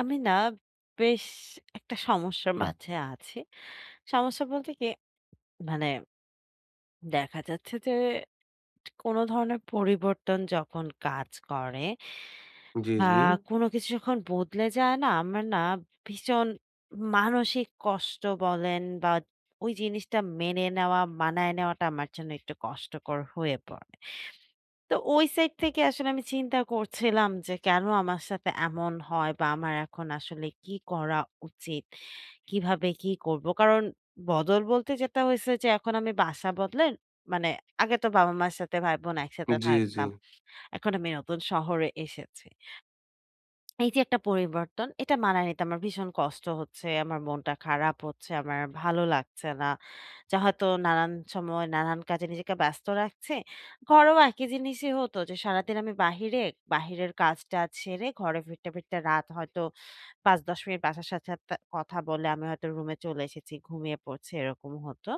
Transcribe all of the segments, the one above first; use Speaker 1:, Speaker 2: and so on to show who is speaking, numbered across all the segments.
Speaker 1: আমি না বেশ একটা সমস্যার মাঝে আছি। সমস্যা বলতে কি, মানে দেখা যাচ্ছে যে কোনো ধরনের পরিবর্তন যখন কাজ করে
Speaker 2: জি,
Speaker 1: বা
Speaker 2: জি।
Speaker 1: কোনো কিছু যখন বদলে যায় না, আমার না ভীষণ মানসিক কষ্ট বলেন বা ওই জিনিসটা মেনে নেওয়া, মানায় নেওয়াটা আমার জন্য একটু কষ্টকর হয়ে পড়ে। তো ওই সাইড থেকে আসলে আমি চিন্তা করছিলাম যে কেন আমার সাথে এমন হয় বা আমার এখন আসলে কি করা উচিত? কিভাবে কি করব? কারণ বদল বলতে যেটা হইছে যে এখন আমি বাসা বদলে মানে আগে তো বাবা-মার সাথে ভাই-বোন একসাথে
Speaker 2: জি, জি।
Speaker 1: থাকতাম। এখন আমি নতুন শহরে এসেছি। এই যে একটা পরিবর্তন, এটা মানায় নিতে আমার ভীষণ কষ্ট হচ্ছে, আমার মনটা খারাপ হচ্ছে, আমার ভালো লাগছে না। যা হয়তো নানান সময় নানান কাজে নিজেকে ব্যস্ত রাখছে। ঘরেও একই জিনিসই হতো যে সারাদিন আমি বাহিরে, বাহিরের কাজ-টাজ সেরে ঘরে ফিরতে, ফিরতে রাত হয়তো ৫-১০ মিনিট বাসার সাথে সাথে কথা বলে আমি হয়তো রুমে চলে এসেছি, ঘুমিয়ে পড়ছি এরকম হতো।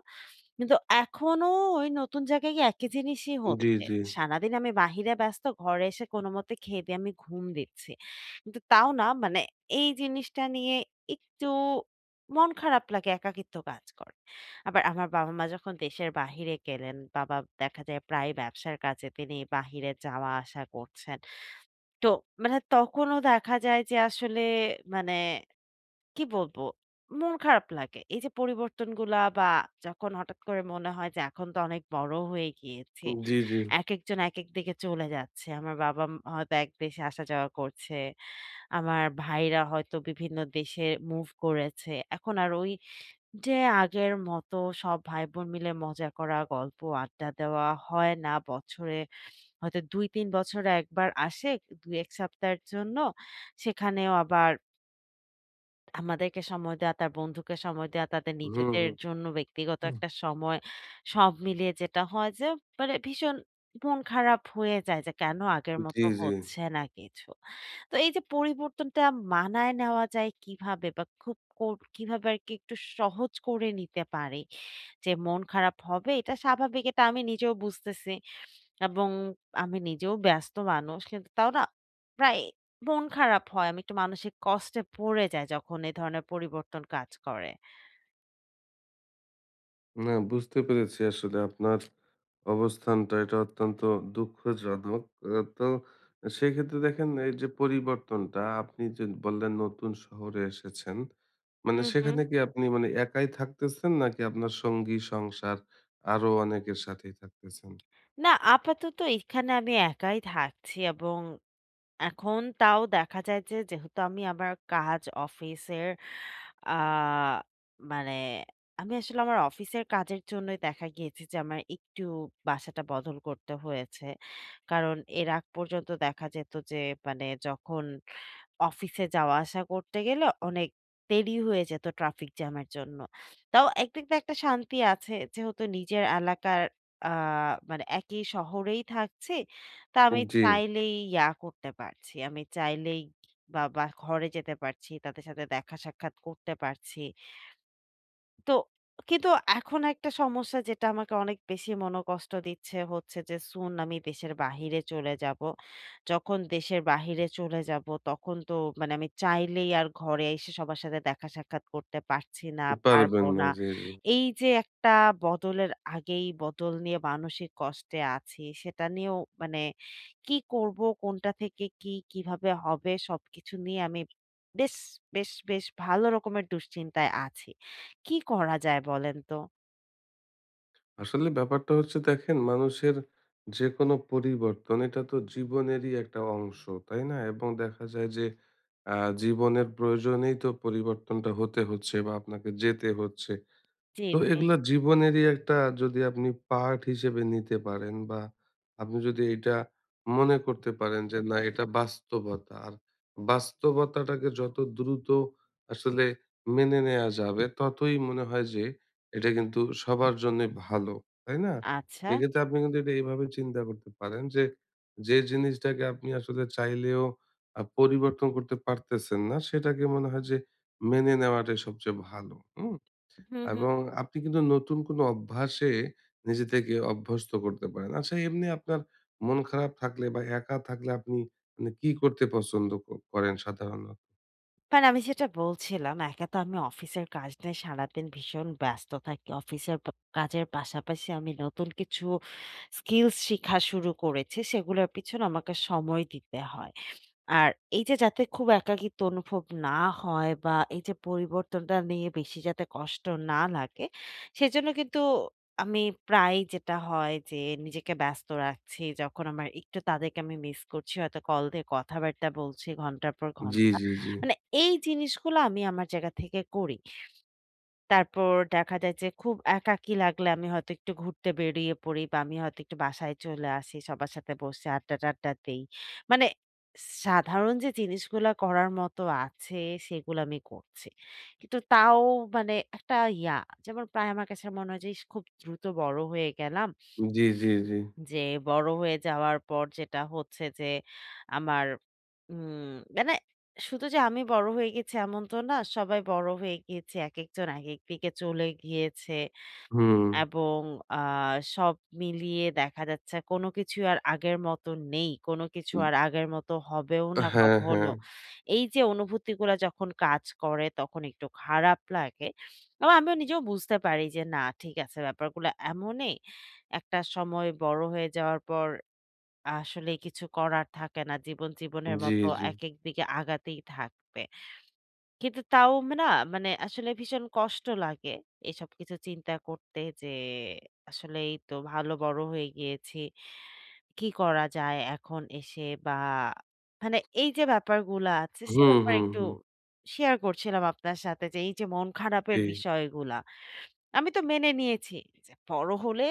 Speaker 1: কিন্তু এখনো ওই নতুন জায়গায় গিয়ে একই জিনিসই
Speaker 2: জি,
Speaker 1: হচ্ছে।
Speaker 2: জি।
Speaker 1: সারাদিন আমি বাহিরে ব্যস্ত, ঘরে এসে কোনমতে খেয়ে দেয়ে আমি ঘুম দিচ্ছি। কিন্তু তাও না মানে এই জিনিসটা নিয়ে একটু মন খারাপ লাগে, একাকিত্ব কাজ করে। আবার আমার বাবা-মা যখন দেশের বাহিরে গেলেন, বাবা দেখা যায় প্রায় ব্যবসার কাজে তিনি বাহিরে যাওয়া আসা করছেন। তো মানে তখনও দেখা যায় যে আসলে মানে কি বলব? মন খারাপ লাগে। এই যে পরিবর্তনগুলা বা যখন হঠাৎ করে মনে হয় যে এখন তো অনেক বড় হয়ে গিয়েছি।
Speaker 2: জি, জি।
Speaker 1: একেকজন একেক দিকে চলে যাচ্ছে। আমার বাবা ম হয়তো এক দেশে আসা যাওয়া করছে। আমার ভাইরা হয়তো বিভিন্ন দেশে মুভ করেছে। এখন আর ওই যে আগের মতো সব ভাই-বোন মিলে মজা করা, গল্প আড্ডা দেওয়া হয় না। বছরে হয়তো ২-৩ বছরে একবার আসে ২-১ সপ্তাহের জন্য। সেখানেও আবার আমাদেরকে সময় দেয়া, তার বন্ধুকে সময় দেয়া, তাদের
Speaker 2: হুম,
Speaker 1: নিজেদের
Speaker 2: হুম।
Speaker 1: জন্য ব্যক্তিগত
Speaker 2: হুম।
Speaker 1: একটা সময়। সব মিলিয়ে যেটা হয় যে মানে ভীষণ মন খারাপ হয়ে যায় যে কেন আগের
Speaker 2: জি,
Speaker 1: মতো
Speaker 2: জি।
Speaker 1: হচ্ছে না কিছু। তো এই যে পরিবর্তনটা মানায় নেওয়া যায় কিভাবে বা খুব কো কিভাবে আরকি একটু সহজ করে নিতে পারি? যে মন খারাপ হবে এটা স্বাভাবিক এটা আমি নিজেও বুঝতেছি। এবং আমি নিজেও ব্যস্ত মানুষ। কিন্তু তাও না প্রায় মন খারাপ হয়। আমি একটু মানসিক কষ্টে পড়ে যাই যখন এ ধরনের পরিবর্তন কাজ করে।
Speaker 2: না বুঝতে পেরেছি আসলে আপনার অবস্থানটা এটা অত্যন্ত দুঃখজনক। তো সেক্ষেত্রে দেখেন এই যে পরিবর্তনটা আপনি যে বললেন নতুন শহরে এসেছেন। মানে
Speaker 1: হুম, হুম।
Speaker 2: সেখানে কি আপনি মানে একাই থাকতেছেন নাকি আপনার সঙ্গী সংসার আরো অনেকের সাথেই থাকতেছেন?
Speaker 1: না আপাতত এখানে আমি একাই থাকছি এবং এখন তাও দেখা যায় যে যেহেতু আমি আমার কাজ অফিসের আ মানে আমি আসলে আমার অফিসের কাজের জন্যই দেখা গিয়েছে যে আমার একটু বাসাটা বদল করতে হয়েছে। কারণ এর আগ পর্যন্ত দেখা যেত যে মানে যখন অফিসে যাওয়া আসা করতে গেলে অনেক দেরি হয়ে যেত ট্রাফিক জ্যামের জন্য। তাও একদিক দিয়ে একটা শান্তি আছে যেহেতু নিজের এলাকার আ মানে একই শহরেই থাকছি। তা আমি
Speaker 2: জি,
Speaker 1: চাইলেই ইয়া করতে পারছি। আমি চাইলেই বা বা ঘরে যেতে পারছি। তাদের সাথে দেখা সাক্ষাৎ করতে পারছি। তো কিন্তু এখন একটা সমস্যা যেটা আমাকে অনেক বেশি মনোকষ্ট দিচ্ছে হচ্ছে যে আমি দেশের বাহিরে চলে যাব। যখন দেশের বাহিরে চলে যাব তখন তো মানে আমি চাইলেই আর ঘরে এসে সবার সাথে দেখা সাক্ষাৎ করতে পারছি না,
Speaker 2: পারবেন
Speaker 1: পারবো
Speaker 2: না।
Speaker 1: না।
Speaker 2: জি, জি।
Speaker 1: এই যে একটা বদলের আগেই বদল নিয়ে মানসিক কষ্টে আছি সেটা নিয়েও মানে কি করব, কোনটা থেকে কি, কিভাবে হবে সবকিছু নিয়ে আমি বেশ, বেশ ভালো রকমের দুশ্চিন্তায় আছি। কি করা যায় বলেন তো?
Speaker 2: আসলে ব্যাপারটা হচ্ছে দেখেন মানুষের যে কোনো পরিবর্তন এটা তো জীবনেরই একটা অংশ, তাই না? এবং দেখা যায় যে জীবনের প্রয়োজনেই তো পরিবর্তনটা হতে হচ্ছে বা আপনাকে যেতে হচ্ছে।
Speaker 1: জি,
Speaker 2: তো
Speaker 1: জি।
Speaker 2: এগুলা জীবনেরই একটা, যদি আপনি পার্ট হিসেবে নিতে পারেন বা আপনি যদি এটা মনে করতে পারেন যে না, এটা বাস্তবতা আর বাস্তবতাটাকে যত দ্রুত আসলে মেনে নেওয়া যাবে ততই মনে হয় যে এটা কিন্তু সবার জন্য ভালো, তাই না?
Speaker 1: আচ্ছা।
Speaker 2: এক্ষেত্রে আপনি কিন্তু এটা এইভাবে চিন্তা করতে পারেন যে যে জিনিসটাকে আপনি আসলে চাইলেও পরিবর্তন করতে পারতেছেন না সেটাকে মনে হয় যে মেনে নেওয়াটাই সবচেয়ে ভালো।
Speaker 1: হুম, হুম।
Speaker 2: এবং আপনি কিন্তু নতুন কোনো অভ্যাসে নিজে থেকে অভ্যস্ত করতে পারেন। আচ্ছা, এমনি আপনার মন খারাপ থাকলে বা একা থাকলে আপনি মানে কি করতে পছন্দ করেন সাধারণত?
Speaker 1: মানে আমি যেটা বলছিলাম, একা তো আমি অফিসের কাজ নিয়ে সারাদিন ভীষণ ব্যস্ত থাকি। অফিসের প কাজের পাশাপাশি আমি নতুন কিছু স্কিলস শিখা শুরু করেছি। সেগুলোর পিছনে আমাকে সময় দিতে হয়। আর এই যে যাতে খুব একাকিত্ব অনুভব না হয় বা এই যে পরিবর্তনটা নিয়ে বেশি যাতে কষ্ট না লাগে, সেজন্য কিন্তু আমি প্রায়ই যেটা হয় যে নিজেকে ব্যস্ত রাখছি। যখন আমার একটু তাদেরকে আমি মিস করছি, হয়তো কল দিয়ে কথাবার্তা বলছি ঘন্টার পর
Speaker 2: জি,
Speaker 1: ঘন্টা।
Speaker 2: জি, জি।
Speaker 1: মানে এই জিনিসগুলো আমি আমার জায়গা থেকে করি। তারপর দেখা যায় যে খুব একাকী লাগলে আমি হয়তো একটু ঘুরতে বেরিয়ে পড়ি বা আমি হয়তো একটু বাসায় চলে আসি। সবার সাথে বসে আড্ডা-টাড্ডা দেই। মানে সাধারণ যে জিনিসগুলা করার মতো আছে সেগুলো আমি করছি। কিন্তু তাও মানে একটা ইয়া যেমন প্রায় আমার কাছে মনে হয় যে ইস খুব দ্রুত বড় হয়ে গেলাম।
Speaker 2: জি, জি, জি।
Speaker 1: যে বড় হয়ে যাওয়ার পর যেটা হচ্ছে যে আমার মানে শুধু যে আমি বড় হয়ে গেছি এমন তো না। সবাই বড় হয়ে গিয়েছে। একেকজন একেক দিকে চলে গিয়েছে।
Speaker 2: হুম।
Speaker 1: এবং আ সব মিলিয়ে দেখা যাচ্ছে কোনো কিছুই আর আগের মতো নেই। কোনো কিছু আর আগের মতো হবেও না
Speaker 2: হ্যাঁ, হ্যাঁ।
Speaker 1: কখনো। এই যে অনুভূতিগুলা যখন কাজ করে তখন একটু খারাপ লাগে। এবং আমিও নিজেও বুঝতে পারি যে না ঠিক আছে ব্যাপারগুলো এমনই। একটা সময় বড় হয়ে যাওয়ার পর আসলে কিছু করার থাকে না। জীবন জীবনের
Speaker 2: জি,
Speaker 1: মতো
Speaker 2: জি।
Speaker 1: একেক দিকে আগাতেই থাকবে। কিন্তু তাও না মানে আসলে ভীষণ কষ্ট লাগে এসব কিছু চিন্তা করতে যে আসলেই তো ভালো বড় হয়ে গিয়েছি। কি করা যায় এখন এসে বা মানে এই যে ব্যাপারগুলা আছে সে
Speaker 2: হুম,
Speaker 1: ব্যাপারে
Speaker 2: হুম,
Speaker 1: একটু
Speaker 2: হুম।
Speaker 1: শেয়ার করছিলাম আপনার সাথে যে এই যে মন
Speaker 2: জি।
Speaker 1: খারাপের বিষয়গুলা। আমি তো মেনে নিয়েছি যে বড় হলে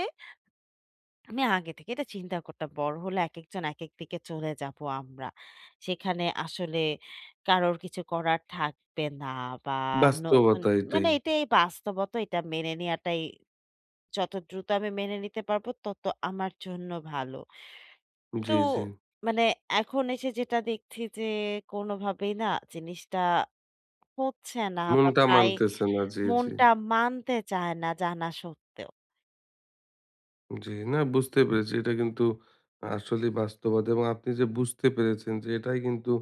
Speaker 1: আমি আগে থেকে এটা চিন্তা করতাম বড় হলে একেকজন একেক দিকে চলে যাব আমরা। সেখানে আসলে কারোর কিছু করার থাকবে না বা নতুন
Speaker 2: বাস্তবতা এটাই।
Speaker 1: মানে এটাই বাস্তবতা এটা মেনে নেয়াটাই যত দ্রুত আমি মেনে নিতে পারবো তত আমার জন্য ভালো।
Speaker 2: জি,
Speaker 1: কিন্তু
Speaker 2: জি।
Speaker 1: মানে এখন এসে যেটা দেখছি যে কোনোভাবেই না জিনিসটা হচ্ছে না বা
Speaker 2: মনটা
Speaker 1: প্রায়
Speaker 2: মানতেছে না। জি, জি।
Speaker 1: মনটা মানতে চায় না জানা সত্ত্বেও।
Speaker 2: জি, না বুঝতে পেরেছি। এটা কিন্তু আসলেই বাস্তবতা এবং আপনি যে বুঝতে পেরেছেন যে এটাই কিন্তু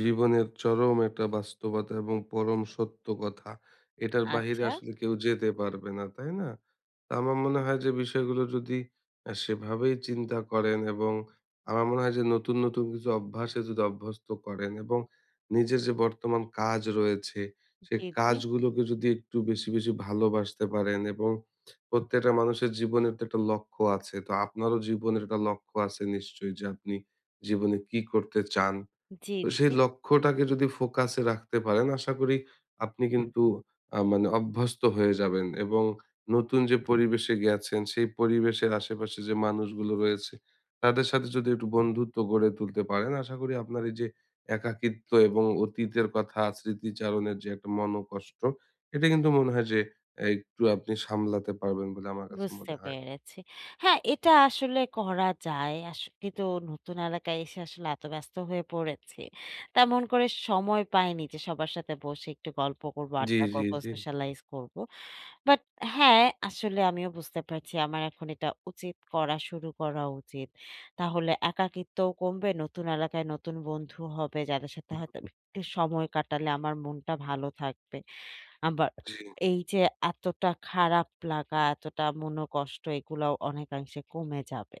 Speaker 2: জীবনের চরম একটা বাস্তবতা এবং পরম সত্য কথা। এটার বাহিরে
Speaker 1: আচ্ছা।
Speaker 2: আসলে কেউ যেতে পারবে না, তাই না? তো আমার মনে হয় যে বিষয়গুলো যদি সেভাবেই চিন্তা করেন এবং আমার মনে হয় যে নতুন, নতুন কিছু অভ্যাসে যদি অভ্যস্ত করেন এবং নিজের যে বর্তমান কাজ রয়েছে, সে
Speaker 1: জি, জি।
Speaker 2: কাজগুলোকে যদি একটু বেশি, বেশি ভালোবাসতে পারেন এবং প্রত্যেকটা মানুষের জীবনের তো একটা লক্ষ্য আছে। তো আপনারও জীবনের একটা লক্ষ্য আছে নিশ্চয়ই যে আপনি জীবনে কি করতে চান?
Speaker 1: জি,
Speaker 2: তো সেই
Speaker 1: জি।
Speaker 2: লক্ষ্যটাকে যদি ফোকাসে রাখতে পারেন আশা করি আপনি কিন্তু মানে অভ্যস্ত হয়ে যাবেন এবং নতুন যে পরিবেশে গেছেন সেই পরিবেশের আশেপাশে যে মানুষগুলো রয়েছে তাদের সাথে যদি একটু বন্ধুত্ব গড়ে তুলতে পারেন আশা করি আপনার এই যে একাকিত্ব এবং অতীতের কথা স্মৃতিচারণের যে একটা মনোকষ্ট, এটা কিন্তু মনে হয় যে একটু আপনি সামলাতে পারবেন বলে আমার কাছে
Speaker 1: বুঝতে
Speaker 2: মনে হয়।
Speaker 1: পেরেছি। হ্যাঁ, এটা আসলে করা যায়। কিন্তু নতুন এলাকায় এসে আসলে এত ব্যস্ত হয়ে পড়েছি। তেমন করে সময় পাইনি যে সবার সাথে বসে একটু গল্প করব,
Speaker 2: জি,
Speaker 1: আড্ডা
Speaker 2: জি,
Speaker 1: করব,
Speaker 2: জি।
Speaker 1: সোশ্যালাইজ করব। বাট হ্যাঁ, আসলে আমিও বুঝতে পারছি আমার এখন এটা উচিত করা শুরু করা উচিত। তাহলে একাকিত্বও কমবে, নতুন এলাকায় নতুন বন্ধু হবে যাদের সাথে হয়তো আমি একটু সময় কাটালে আমার মনটা ভালো থাকবে। আবার
Speaker 2: জি,
Speaker 1: এই যে এতটা খারাপ লাগা, এতটা মনোকষ্ট এগুলাও অনেকাংশে কমে যাবে।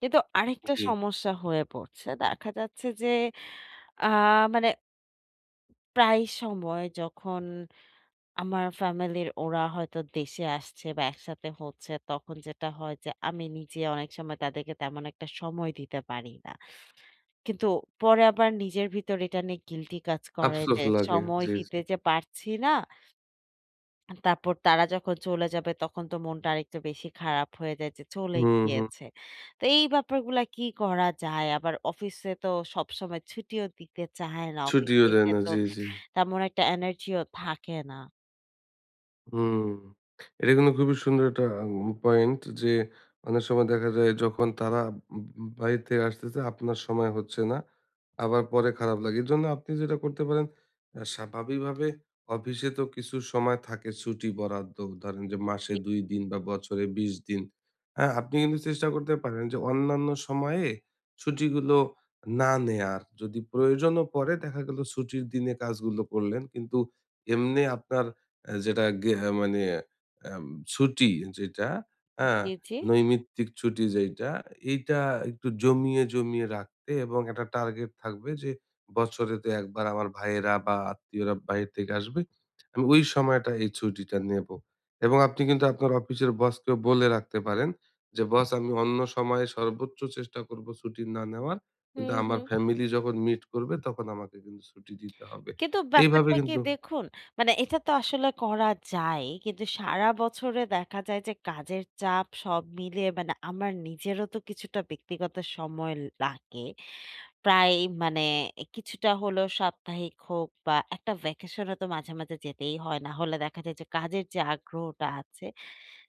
Speaker 1: কিন্তু আরেকটা
Speaker 2: জি।
Speaker 1: সমস্যা হয়ে পড়ছে। দেখা যাচ্ছে যে আ মানে প্রায় সময় যখন আমার ফ্যামিলির ওরা হয়তো দেশে আসছে বা একসাথে হচ্ছে তখন যেটা হয় যে আমি নিজে অনেক সময় তাদেরকে তেমন একটা সময় দিতে পারি না। কিন্তু পরে আবার নিজের ভিতর এটা নিয়ে গিল্টি কাজ করে
Speaker 2: আফসোস
Speaker 1: যে
Speaker 2: লাগে।
Speaker 1: সময়
Speaker 2: জি,
Speaker 1: দিতে
Speaker 2: জি।
Speaker 1: যে পারছি না। তারপর তারা যখন চলে যাবে তখন তো মনটা আরেকটু বেশি খারাপ হয়ে যায় যে চলে
Speaker 2: হুম, হুম।
Speaker 1: গিয়েছে। তো এই ব্যাপারগুলা কি করা যায়? আবার অফিসে তো সবসময় ছুটিও দিতে চায় না।
Speaker 2: ছুটিও
Speaker 1: অফিসে
Speaker 2: দেয়
Speaker 1: এসে
Speaker 2: না।
Speaker 1: তো
Speaker 2: জি, জি।
Speaker 1: তেমন একটা এনার্জিও থাকে না।
Speaker 2: হুম। এটা কিন্তু খুবই সুন্দর একটা পয়েন্ট যে অনেক সময় দেখা যায় যখন তারা উম বাইরে থেকে আসতেছে আপনার সময় হচ্ছে না। আবার পরে খারাপ লাগে। এজন্য আপনি যেটা করতে পারেন, স্বাভাবিকভাবে অফিসে তো কিছু সময় থাকে ছুটি বরাদ্দ। ধরেন যে মাসে
Speaker 1: জি,
Speaker 2: ২ দিন বা বছরে ২০ দিন। হ্যাঁ? আপনি কিন্তু চেষ্টা করতে পারেন যে অন্যান্য সময়ে ছুটিগুলো না নেয়ার। যদি প্রয়োজনও পড়ে দেখা গেল ছুটির দিনে কাজগুলো করলেন। কিন্তু এমনি আপনার আ যেটা গে আহ, মানে আম ছুটি যেটা, হ্যাঁ?
Speaker 1: জি, জি।
Speaker 2: নৈমিত্তিক ছুটি যেইটা, এইটা একটু জমিয়ে, জমিয়ে রাখতে এবং একটা টার্গেট থাকবে যে বছরে তো একবার আমার ভাইয়েরা বা আত্মীয়রা বাইরে থেকে আসবে। আমি ওই সময়টা এই ছুটিটা নেবো। এবং আপনি কিন্তু আপনার অফিসের বসকেও বলে রাখতে পারেন যে, "বস, আমি অন্য সময়ে সর্বোচ্চ চেষ্টা করব ছুটি না নেওয়ার। কিন্তু
Speaker 1: হুম,
Speaker 2: আমার
Speaker 1: হুম।
Speaker 2: ফ্যামিলি যখন মিট করবে তখন আমাকে কিন্তু ছুটি দিতে হবে।"
Speaker 1: কিন্তু
Speaker 2: এইভাবে
Speaker 1: ব্যাপারটা কি
Speaker 2: কিন্তু।
Speaker 1: দেখুন, মানে এটা তো আসলে করা যায়। কিন্তু সারা বছরে দেখা যায় যে কাজের চাপ সব মিলিয়ে মানে আমার নিজেরও তো কিছুটা ব্যক্তিগত সময় লাগে। প্রায় মানে কিছুটা হলেও সাপ্তাহিক হোক বা একটা ভ্যাকেশন এ তো মাঝে, মাঝে যেতেই হয়। না হলে দেখা যায় যে কাজের যে আগ্রহটা আছে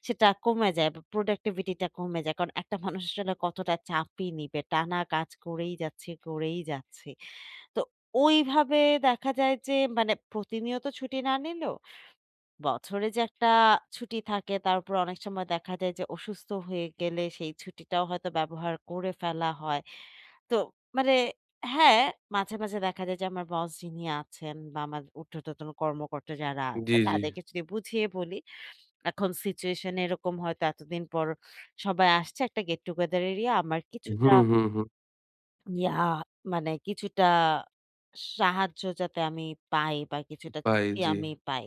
Speaker 1: সেটা কমে যায় বা প্রোডাক্টিভিটিটা কমে যায়। কারণ একটা মানুষ আসলে কতটা চাপই নিবে। টানা কাজ করেই যাচ্ছে, করেই যাচ্ছে। তো ওইভাবে দেখা যায় যে মানে প্রতিনিয়ত ছুটি না নিলেও বছরে যে একটা ছুটি থাকে তার উপর অনেক সময় দেখা যায় যে অসুস্থ হয়ে গেলে সেই ছুটিটাও হয়তো ব্যবহার করে ফেলা হয়। তো মানে হ্যাঁ, মাঝে, মাঝে দেখা যায় যে আমার বস যিনি আছেন বা আমার ঊর্ধ্বতন কর্মকর্তা যারা আছে
Speaker 2: জি, জি।
Speaker 1: তাদেরকে যদি বুঝিয়ে বলি এখন সিচুয়েশন এরকম হয়তো এতদিন পর সবাই আসছে একটা গেট টুগেদার এরই আমার কিছুটা
Speaker 2: হুম, হুম, হুম।
Speaker 1: ইয়া মানে কিছুটা সাহায্য যাতে আমি পাই বা কিছুটা
Speaker 2: পাই
Speaker 1: ছুটি
Speaker 2: জি।
Speaker 1: আমি পাই।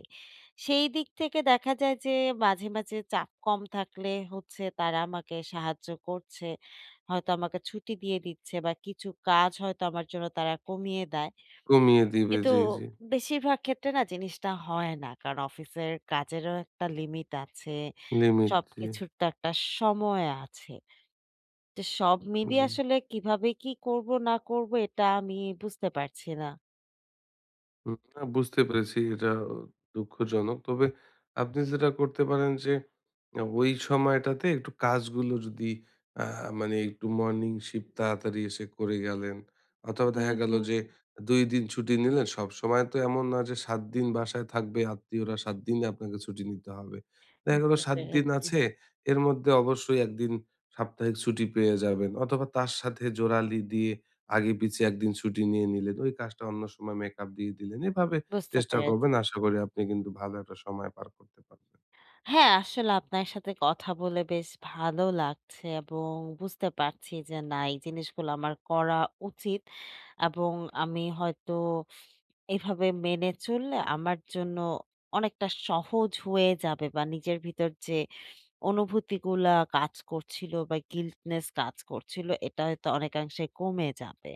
Speaker 1: সেই দিক থেকে দেখা যায় যে মাঝে, মাঝে চাপ কম থাকলে হচ্ছে তারা আমাকে সাহায্য করছে। হয়তো আমাকে ছুটি দিয়ে দিচ্ছে বা কিছু কাজ হয়তো আমার জন্য তারা কমিয়ে দেয়।
Speaker 2: কমিয়ে দিবে।
Speaker 1: কিন্তু
Speaker 2: জি, জি।
Speaker 1: বেশিরভাগ ক্ষেত্রে না জিনিসটা হয় না। কারণ অফিসের কাজেরও একটা লিমিট আছে।
Speaker 2: লিমিট জি,
Speaker 1: সবকিছুর তো একটা সময় আছে। তো সব মিলিয়ে
Speaker 2: জি।
Speaker 1: আসলে কিভাবে কি করব না করব এটা আমি বুঝতে পারছি না।
Speaker 2: হুম, না বুঝতে পেরেছি, এটা দুঃখজনক। তবে আপনি যেটা করতে পারেন যে ওই সময়টাতে একটু কাজগুলো যদি আ মানে একটু মর্নিং শিফট তাড়াতাড়ি এসে করে গেলেন, অথবা
Speaker 1: হুম,
Speaker 2: দেখা গেল
Speaker 1: হুম।
Speaker 2: যে ২ দিন ছুটি নিলেন। সবসময় তো এমন না যে ৭ দিন বাসায় থাকবে আত্মীয়রা, ৭ দিনই আপনাকে ছুটি নিতে হবে। দেখা গেল
Speaker 1: বুঝতে
Speaker 2: ৭ দিন
Speaker 1: পেরেছি,
Speaker 2: আছে এর মধ্যে অবশ্যই ১ দিন সাপ্তাহিক ছুটি পেয়ে যাবেন, অথবা তার সাথে জোড়ালি দিয়ে আগে পিছিয়ে ১ দিন ছুটি নিয়ে নিলেন। ওই কাজটা অন্য সময় মেকআপ দিয়ে দিলেন। এভাবে
Speaker 1: বুঝতে
Speaker 2: চেষ্টা
Speaker 1: পেরেছি।
Speaker 2: করবেন। আশা করি আপনি কিন্তু ভালো একটা সময় পার করতে পারবেন।
Speaker 1: হ্যাঁ, আসলে আপনার সাথে কথা বলে বেশ ভালো লাগছে এবং বুঝতে পারছি যে না এই জিনিসগুলো আমার করা উচিত এবং আমি হয়তো এভাবে মেনে চললে আমার জন্য অনেকটা সহজ হয়ে যাবে বা নিজের ভিতর যে অনুভূতিগুলা কাজ করছিল বা গিল্টনেস কাজ করছিল এটা হয়তো অনেকাংশে কমে যাবে।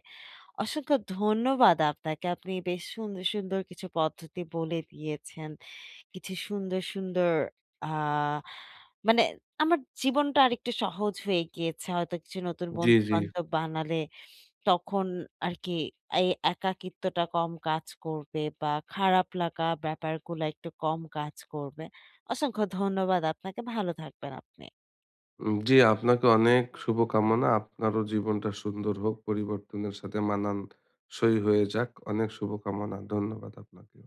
Speaker 1: অসংখ্য ধন্যবাদ আপনাকে। আপনি বেশ সুন্দর, সুন্দর কিছু পদ্ধতি বলে দিয়েছেন। কিছু সুন্দর, সুন্দর আ মানে আমার জীবনটা আরেকটু সহজ হয়ে গিয়েছে। হয়তো কিছু নতুন
Speaker 2: জি, জি।
Speaker 1: বন্ধু-বান্ধব বানালে তখন আরকি এই একাকিত্বটা কম কাজ করবে বা খারাপ লাগা ব্যাপারগুলা একটু কম কাজ করবে। অসংখ্য ধন্যবাদ আপনাকে। ভালো থাকবেন আপনি।
Speaker 2: জি, আপনাকে অনেক শুভকামনা। আপনারও জীবনটা সুন্দর হোক। পরিবর্তনের সাথে মানানসই হয়ে যাক। অনেক শুভকামনা। ধন্যবাদ আপনাকেও।